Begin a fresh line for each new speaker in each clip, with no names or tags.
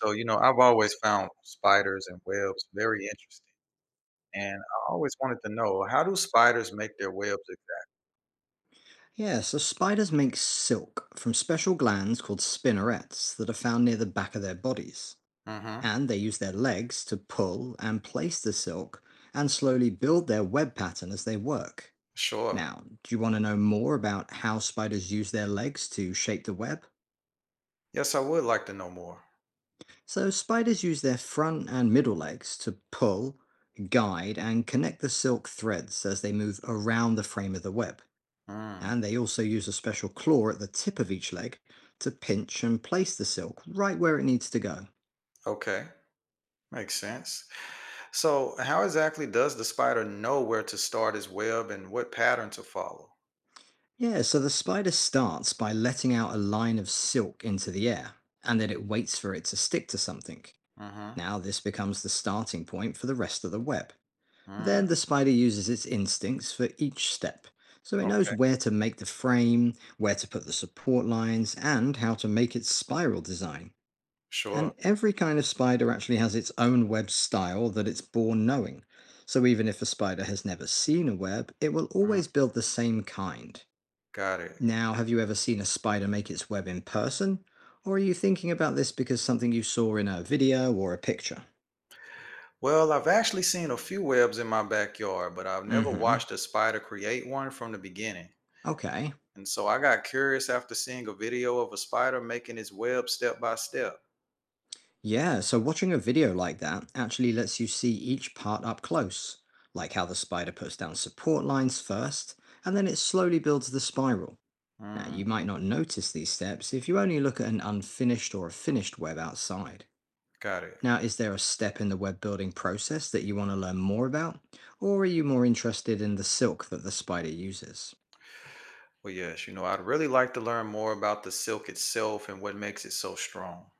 So, I've always found spiders and webs very interesting, and I always wanted to know, how do spiders make their webs
Yeah, so spiders make silk from special glands called spinnerets that are found near the back of their bodies.
exactly? Mm-hmm.
And they use their legs to pull and place the silk and slowly build their web pattern as they work.
Sure.
Now, do you want to know more about how spiders use their legs to shape the web?
Yes, I would like to know more.
So, spiders use their front and middle legs to pull, guide, and connect the silk threads as they move around the frame of the web.
Mm.
And they also use a special claw at the tip of each leg to pinch and place the silk right where it needs to go.
Okay. Makes sense. So, how exactly does the spider know where to start his web and what pattern to follow?
Yeah, so the spider starts by letting out a line of silk into the air, and then it waits for it to stick to something.
Mm-hmm.
Now, this becomes the starting point for the rest of the web.
Mm.
Then the spider uses its instincts for each step, so it knows
Okay.
where to make the frame, where to put the support lines, and how to make its spiral design.
Sure.
And every kind of spider actually has its own web style that it's born knowing. So even if a spider has never seen a web, it will
Mm.
always build the same kind.
Got it.
Now, have you ever seen a spider make its web in person? Or are you thinking about this because something you saw in a video or a picture?
Well, I've actually seen a few webs in my backyard, but I've never
Mm-hmm.
watched a spider create one from the beginning.
Okay.
And so I got curious after seeing a video of a spider making its web step by step.
Yeah, so watching a video like that actually lets you see each part up close, like how the spider puts down support lines first, and then it slowly builds the spiral. Now,
Mm,
you might not notice these steps if you only look at an unfinished or a finished web outside.
got it.
Now, is there a step in the web building process that you want to learn more about? Or are you more interested in the silk that the spider uses?
Well, yes, I'd really like to learn more about the silk itself and what makes it so strong.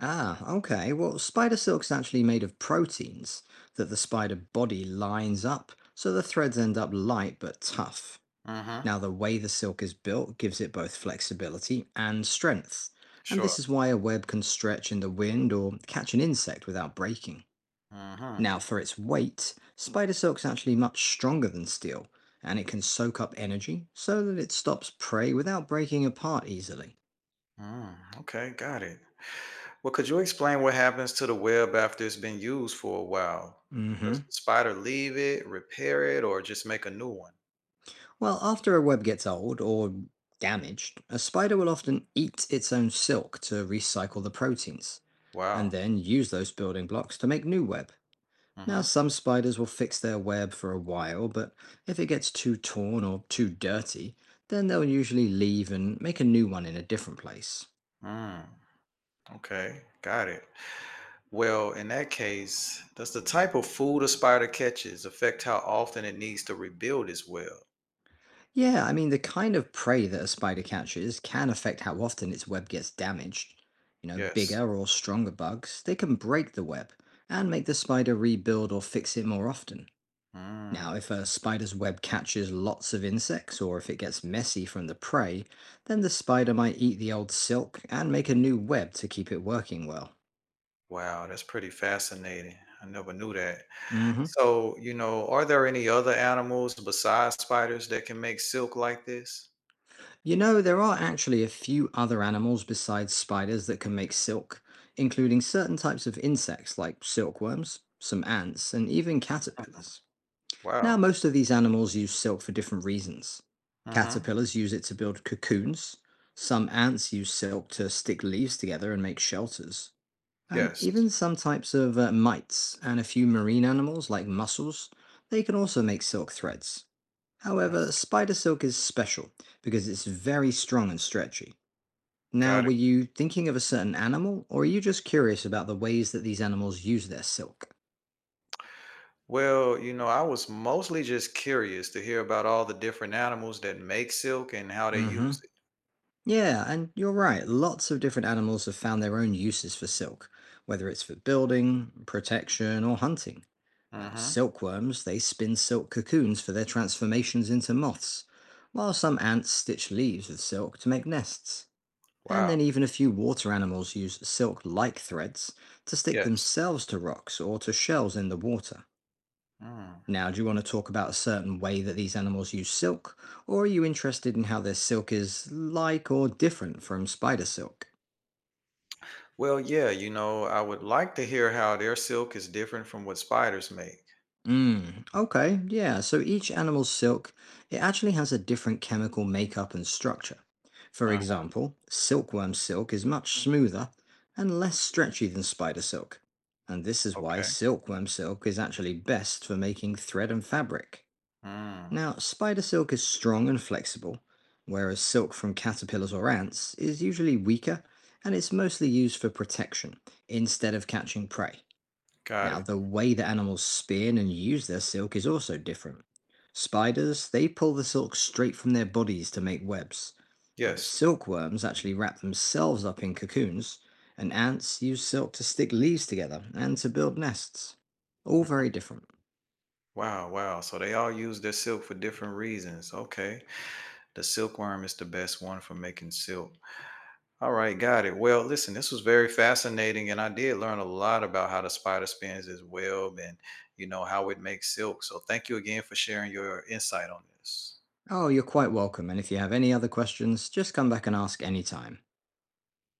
Ah, okay. Well, spider silk's actually made of proteins that the spider body lines up, so the threads end up light but tough.
Mm-hmm.
Now, the way the silk is built gives it both flexibility and strength, and
Sure.
this is why a web can stretch in the wind or catch an insect without breaking.
Mm-hmm.
Now, for its weight, spider silk's actually much stronger than steel, and it can soak up energy so that it stops prey without breaking apart easily.
Mm, okay, got it. Well, could you explain what happens to the web after it's been used for a while?
Hmm.
Does the spider leave it, repair it, or just make a new one?
Well, after a web gets old or damaged, a spider will often eat its own silk to recycle the proteins, and
Wow.
then use those building blocks to make new web. Now,
Mm-hmm.
some spiders will fix their web for a while, but if it gets too torn or too dirty, then they'll usually leave and make a new one in a different place.
Mm, okay, got it. Well, in that case, does the type of food a spider catches affect how often it needs to rebuild its web?
Yeah, I mean, the kind of prey that a spider catches can affect how often its web gets damaged. You know,
Yes.
bigger or stronger bugs, they can break the web and make the spider rebuild or fix it more often.
Mm,
Now, if a spider's web catches lots of insects or if it gets messy from the prey, then the spider might eat the old silk and make a new web to keep it working well.
wow, that's pretty fascinating. I never knew that.
Hmm.
So, are there any other animals besides spiders that can make silk like this?
You know, there are actually a few other animals besides spiders that can make silk, including certain types of insects like silkworms, some ants, and even
Mhm.
caterpillars. Now,
Wow.
most of these animals use silk for different reasons.
Mm-hmm.
Caterpillars use it to build cocoons, some ants use silk to stick leaves together and make shelters, and even
Yes.
some types of mites and a few marine animals like mussels, they can also make silk threads.
I
However,
see.
spider silk is special because it's very strong and stretchy. Now,
Got
were
it.
you thinking of a certain animal, or are you just curious about the ways that these animals use their silk?
Well, I was mostly just curious to hear about all the different animals that make silk and how they
Mm hmm.
use it.
Yeah, and you're right, lots of different animals have found their own uses for silk, whether it's for building, protection, or hunting. Now,
Mm-hmm.
silkworms, they spin silk cocoons for their transformations into moths, while some ants stitch leaves with silk to make nests. And
Wow.
then even a few water animals use silk-like threads to stick
Yes.
themselves to rocks or to shells in the water.
Mm.
Now, do you want to talk about a certain way that these animals use silk, or are you interested in how their silk is like or different from spider silk?
Well, yeah, I would like to hear how their silk is different from what spiders make.
Mm, okay, yeah. So each animal's silk, it actually has a different chemical makeup and structure. For
Uh,
example, silkworm silk is much smoother and less stretchy than spider silk. And this is why
okay.
silkworm silk is actually best for making thread and fabric.
Mm,
Now, spider silk is strong and flexible, whereas silk from caterpillars or ants is usually weaker and it's mostly used for protection instead of catching prey.
got
Now,
it.
the way that animals spin and use their silk is also different. Spiders, they pull the silk straight from their bodies to make webs, whereas
Yes.
silkworms actually wrap themselves up in cocoons, and ants use silk to stick leaves together and to build nests. All very different.
Wow, wow. So they all use their silk for different reasons. Okay. The silkworm is the best one for making silk. All right, got it. Well, listen, this was very fascinating, and I did learn a lot about how the spider spins its web and, how it makes silk. So thank you again for sharing your insight on this.
Oh, you're quite welcome, and if you have any other questions, just come back and ask anytime.